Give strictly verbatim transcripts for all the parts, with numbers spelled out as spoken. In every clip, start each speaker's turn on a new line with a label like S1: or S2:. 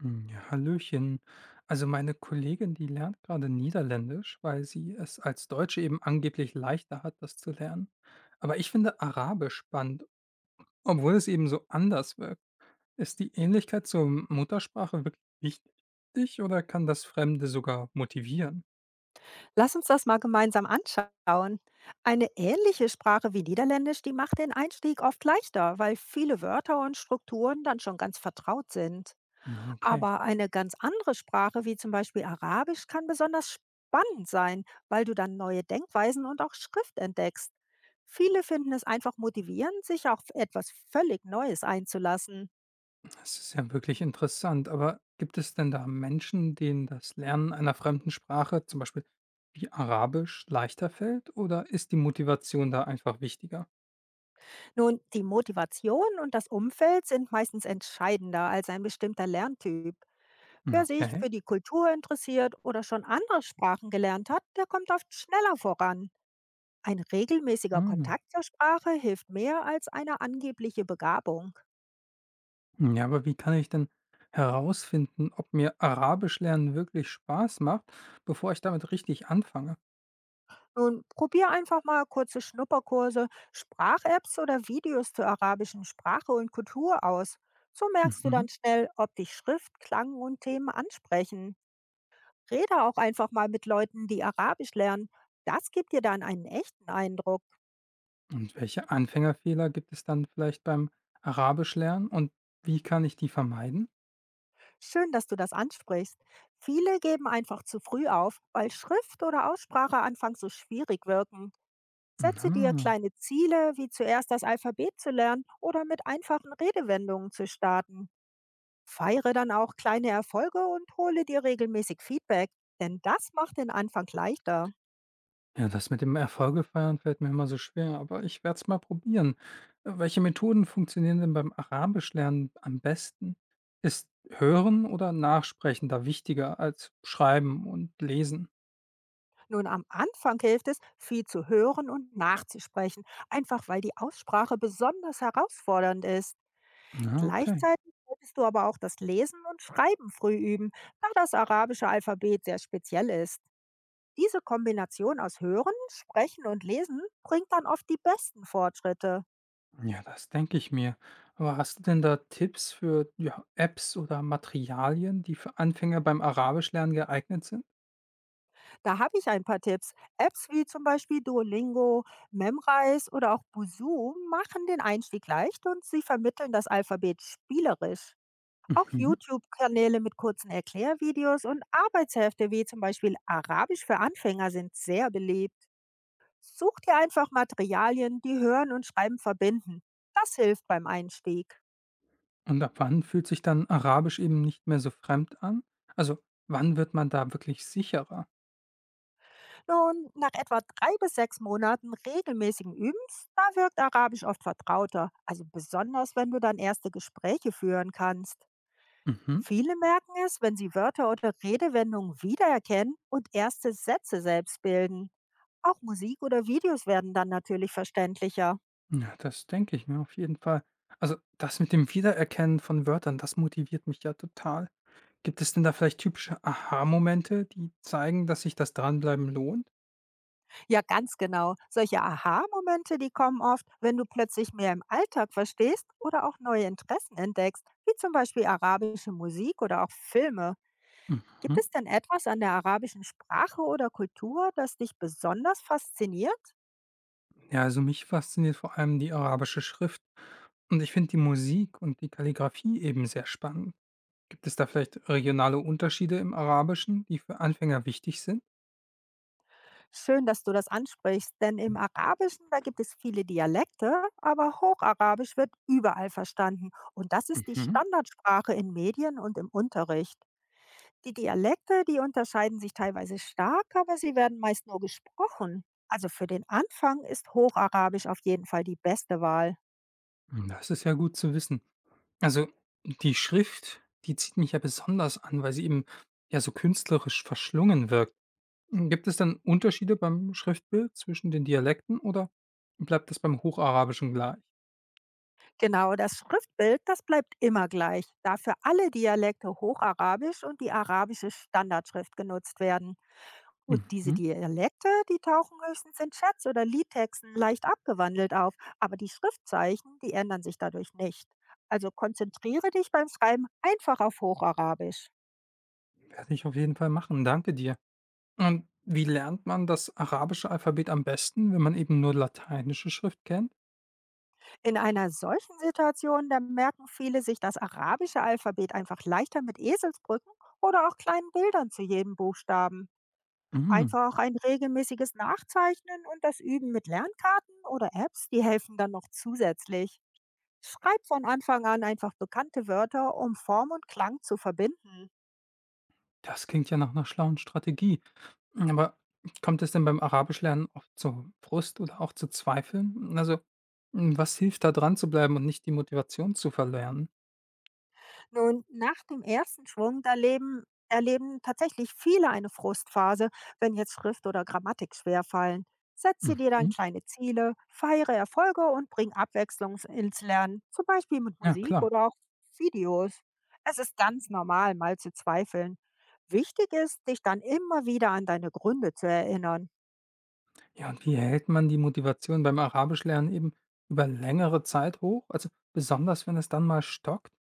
S1: Hm, ja, Hallöchen. Also meine Kollegin, die lernt gerade Niederländisch, weil sie es als Deutsche eben angeblich leichter hat, das zu lernen. Aber ich finde Arabisch spannend, obwohl es eben so anders wirkt. Ist die Ähnlichkeit zur Muttersprache wirklich wichtig oder kann das Fremde sogar motivieren?
S2: Lass uns das mal gemeinsam anschauen. Eine ähnliche Sprache wie Niederländisch, die macht den Einstieg oft leichter, weil viele Wörter und Strukturen dann schon ganz vertraut sind.
S1: Ja, okay,
S2: Aber eine ganz andere Sprache wie zum Beispiel Arabisch kann besonders spannend sein, weil du dann neue Denkweisen und auch Schrift entdeckst. Viele finden es einfach motivierend, sich auf etwas völlig Neues einzulassen.
S1: das ist ja wirklich interessant. Aber gibt es denn da Menschen, denen das Lernen einer fremden Sprache, zum Beispiel wie Arabisch, leichter fällt oder ist die Motivation da einfach wichtiger?
S2: Nun, die Motivation und das Umfeld sind meistens entscheidender als ein bestimmter Lerntyp. Wer sich
S1: Okay.
S2: für die Kultur interessiert oder schon andere Sprachen gelernt hat, der kommt oft schneller voran. Ein regelmäßiger
S1: Mhm.
S2: Kontakt zur Sprache hilft mehr als eine angebliche Begabung.
S1: Ja, aber wie kann ich denn herausfinden, ob mir Arabisch lernen wirklich Spaß macht, bevor ich damit richtig anfange?
S2: Nun probier einfach mal kurze Schnupperkurse, Sprach-Apps oder Videos zur arabischen Sprache und Kultur aus. So merkst du
S1: Mhm.
S2: dann schnell, ob dich Schrift, Klang und Themen ansprechen. Rede auch einfach mal mit Leuten, die Arabisch lernen. Das gibt dir dann einen echten Eindruck.
S1: Und welche Anfängerfehler gibt es dann vielleicht beim Arabisch lernen und wie kann ich die vermeiden?
S2: Schön, dass du das ansprichst. Viele geben einfach zu früh auf, weil Schrift oder Aussprache anfangs so schwierig wirken. Setze dir
S1: Mhm.
S2: kleine Ziele, wie zuerst das Alphabet zu lernen oder mit einfachen Redewendungen zu starten. Feiere dann auch kleine Erfolge und hole dir regelmäßig Feedback, denn das macht den Anfang leichter.
S1: Ja, das mit dem Erfolge feiern fällt mir immer so schwer, aber ich werde es mal probieren. Äh, Welche Methoden funktionieren denn beim Arabischlernen am besten? Ist Hören oder Nachsprechen da wichtiger als Schreiben und Lesen?
S2: Nun, am Anfang hilft es, viel zu hören und nachzusprechen, einfach weil die Aussprache besonders herausfordernd ist.
S1: Na, okay.
S2: Gleichzeitig solltest du aber auch das Lesen und Schreiben früh üben, da das arabische Alphabet sehr speziell ist. Diese Kombination aus Hören, Sprechen und Lesen bringt dann oft die besten Fortschritte.
S1: Ja, das denke ich mir. Aber hast du denn da Tipps für ja, Apps oder Materialien, die für Anfänger beim Arabischlernen geeignet sind?
S2: Da habe ich ein paar Tipps. Apps wie zum Beispiel Duolingo, Memrise oder auch Busuu machen den Einstieg leicht und sie vermitteln das Alphabet spielerisch. Auch
S1: Mhm.
S2: YouTube-Kanäle mit kurzen Erklärvideos und Arbeitshefte wie zum Beispiel Arabisch für Anfänger sind sehr beliebt. Such dir einfach Materialien, die Hören und Schreiben verbinden. Das hilft beim Einstieg.
S1: Und ab wann fühlt sich dann Arabisch eben nicht mehr so fremd an? Also, wann wird man da wirklich sicherer?
S2: Nun, nach etwa drei bis sechs Monaten regelmäßigen Übens, da wirkt Arabisch oft vertrauter, also besonders wenn du dann erste Gespräche führen kannst.
S1: Mhm.
S2: Viele merken es, wenn sie Wörter oder Redewendungen wiedererkennen und erste Sätze selbst bilden. Auch Musik oder Videos werden dann natürlich verständlicher.
S1: Ja, das denke ich mir auf jeden Fall. Also, das mit dem Wiedererkennen von Wörtern, das motiviert mich ja total. Gibt es denn da vielleicht typische Aha-Momente, die zeigen, dass sich das Dranbleiben lohnt?
S2: Ja, ganz genau. Solche Aha-Momente, die kommen oft, wenn du plötzlich mehr im Alltag verstehst oder auch neue Interessen entdeckst, wie zum Beispiel arabische Musik oder auch Filme. Gibt
S1: Mhm.
S2: es denn etwas an der arabischen Sprache oder Kultur, das dich besonders fasziniert?
S1: Ja, also mich fasziniert vor allem die arabische Schrift und ich finde die Musik und die Kalligraphie eben sehr spannend. Gibt es da vielleicht regionale Unterschiede im Arabischen, die für Anfänger wichtig sind?
S2: Schön, dass du das ansprichst, denn im Arabischen, da gibt es viele Dialekte, aber Hocharabisch wird überall verstanden und das ist die
S1: Mhm.
S2: Standardsprache in Medien und im Unterricht. Die Dialekte, die unterscheiden sich teilweise stark, aber sie werden meist nur gesprochen. Also für den Anfang ist Hocharabisch auf jeden Fall die beste Wahl.
S1: Mhm. Das ist ja gut zu wissen. Also die Schrift, die zieht mich ja besonders an, weil sie eben ja so künstlerisch verschlungen wirkt. Gibt es dann Unterschiede beim Schriftbild zwischen den Dialekten oder bleibt das beim Hocharabischen gleich?
S2: Genau, das Schriftbild, das bleibt immer gleich, da für alle Dialekte Hocharabisch und die arabische Standardschrift genutzt werden. Und diese
S1: Mhm.
S2: Dialekte, die tauchen höchstens in Chats oder Liedtexten leicht abgewandelt auf, aber die Schriftzeichen, die ändern sich dadurch nicht. Also konzentriere dich beim Schreiben einfach auf Hocharabisch.
S1: Werde ich auf jeden Fall machen. Danke dir. Und wie lernt man das arabische Alphabet am besten, wenn man eben nur lateinische Schrift kennt?
S2: In einer solchen Situation, da merken viele sich das arabische Alphabet einfach leichter mit Eselsbrücken oder auch kleinen Bildern zu jedem Buchstaben.
S1: Mhm.
S2: Einfach ein regelmäßiges Nachzeichnen und das Üben mit Lernkarten oder Apps, die helfen dann noch zusätzlich. Schreib von Anfang an einfach bekannte Wörter, um Form und Klang zu verbinden.
S1: Das klingt ja nach einer schlauen Strategie. Aber kommt es denn beim Arabischlernen oft zu Frust oder auch zu Zweifeln? Also, hm, was hilft da dran zu bleiben und nicht die Motivation zu verlernen?
S2: Nun, nach dem ersten Schwung erleben, erleben tatsächlich viele eine Frustphase, wenn jetzt Schrift oder Grammatik schwerfallen. Setze dir dann
S1: Mhm.
S2: kleine Ziele, feiere Erfolge und bring Abwechslung ins Lernen, zum Beispiel mit
S1: Ja,
S2: Musik
S1: klar.
S2: oder auch Videos. Es ist ganz normal, mal zu zweifeln. Wichtig ist, dich dann immer wieder an deine Gründe zu erinnern.
S1: Ja, und wie hält man die Motivation beim Arabischlernen eben über längere Zeit hoch? Also, besonders wenn es dann mal stockt?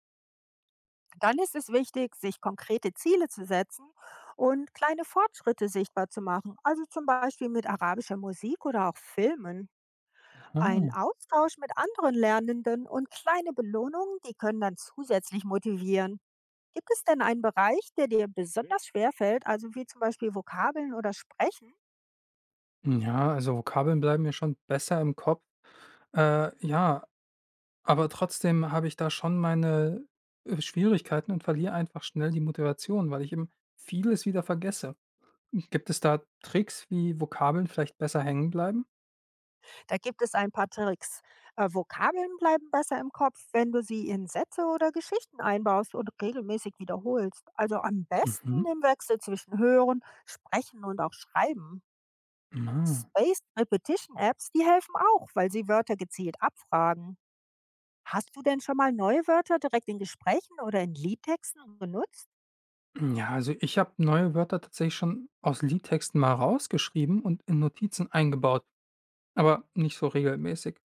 S2: Dann ist es wichtig, sich konkrete Ziele zu setzen und kleine Fortschritte sichtbar zu machen, also zum Beispiel mit arabischer Musik oder auch Filmen. Ein
S1: Aha.
S2: Austausch mit anderen Lernenden und kleine Belohnungen, die können dann zusätzlich motivieren. Gibt es denn einen Bereich, der dir besonders schwer fällt, also wie zum Beispiel Vokabeln oder Sprechen?
S1: Ja, also Vokabeln bleiben mir schon besser im Kopf. Äh, ja. Aber trotzdem habe ich da schon meine, äh, Schwierigkeiten und verliere einfach schnell die Motivation, weil ich eben vieles wieder vergesse. Gibt es da Tricks, wie Vokabeln vielleicht besser hängen bleiben?
S2: Da gibt es ein paar Tricks. Äh, Vokabeln bleiben besser im Kopf, wenn du sie in Sätze oder Geschichten einbaust und regelmäßig wiederholst. Also am besten
S1: Mhm.
S2: im Wechsel zwischen Hören, Sprechen und auch Schreiben.
S1: Ah.
S2: Spaced Repetition Apps, die helfen auch, weil sie Wörter gezielt abfragen. Hast du denn schon mal neue Wörter direkt in Gesprächen oder in Liedtexten genutzt?
S1: Ja, also ich habe neue Wörter tatsächlich schon aus Liedtexten mal rausgeschrieben und in Notizen eingebaut, aber nicht so regelmäßig.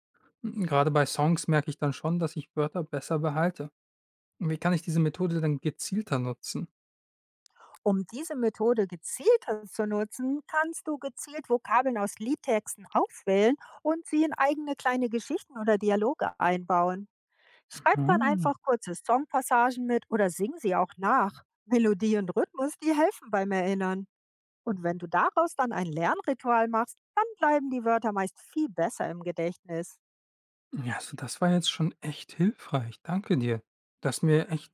S1: Hm, grade bei Songs merke ich dann schon, dass ich Wörter besser behalte. Wie kann ich diese Methode dann gezielter nutzen?
S2: Um diese Methode gezielter zu nutzen, kannst du gezielt Vokabeln aus Liedtexten auswählen und sie in eigene kleine Geschichten oder Dialoge einbauen. Schreib dann
S1: Ah.
S2: einfach kurze Songpassagen mit oder sing sie auch nach. Melodie und Rhythmus, die helfen beim Erinnern. Und wenn du daraus dann ein Lernritual machst, dann bleiben die Wörter meist viel besser im Gedächtnis.
S1: Ja, also das war jetzt schon echt hilfreich. Danke dir. Du hast mir echt,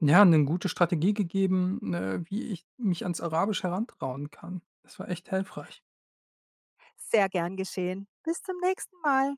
S1: ja, eine gute Strategie gegeben, äh, wie ich mich ans Arabisch herantrauen kann. Das war echt hilfreich.
S2: Sehr gern geschehen. Bis zum nächsten Mal.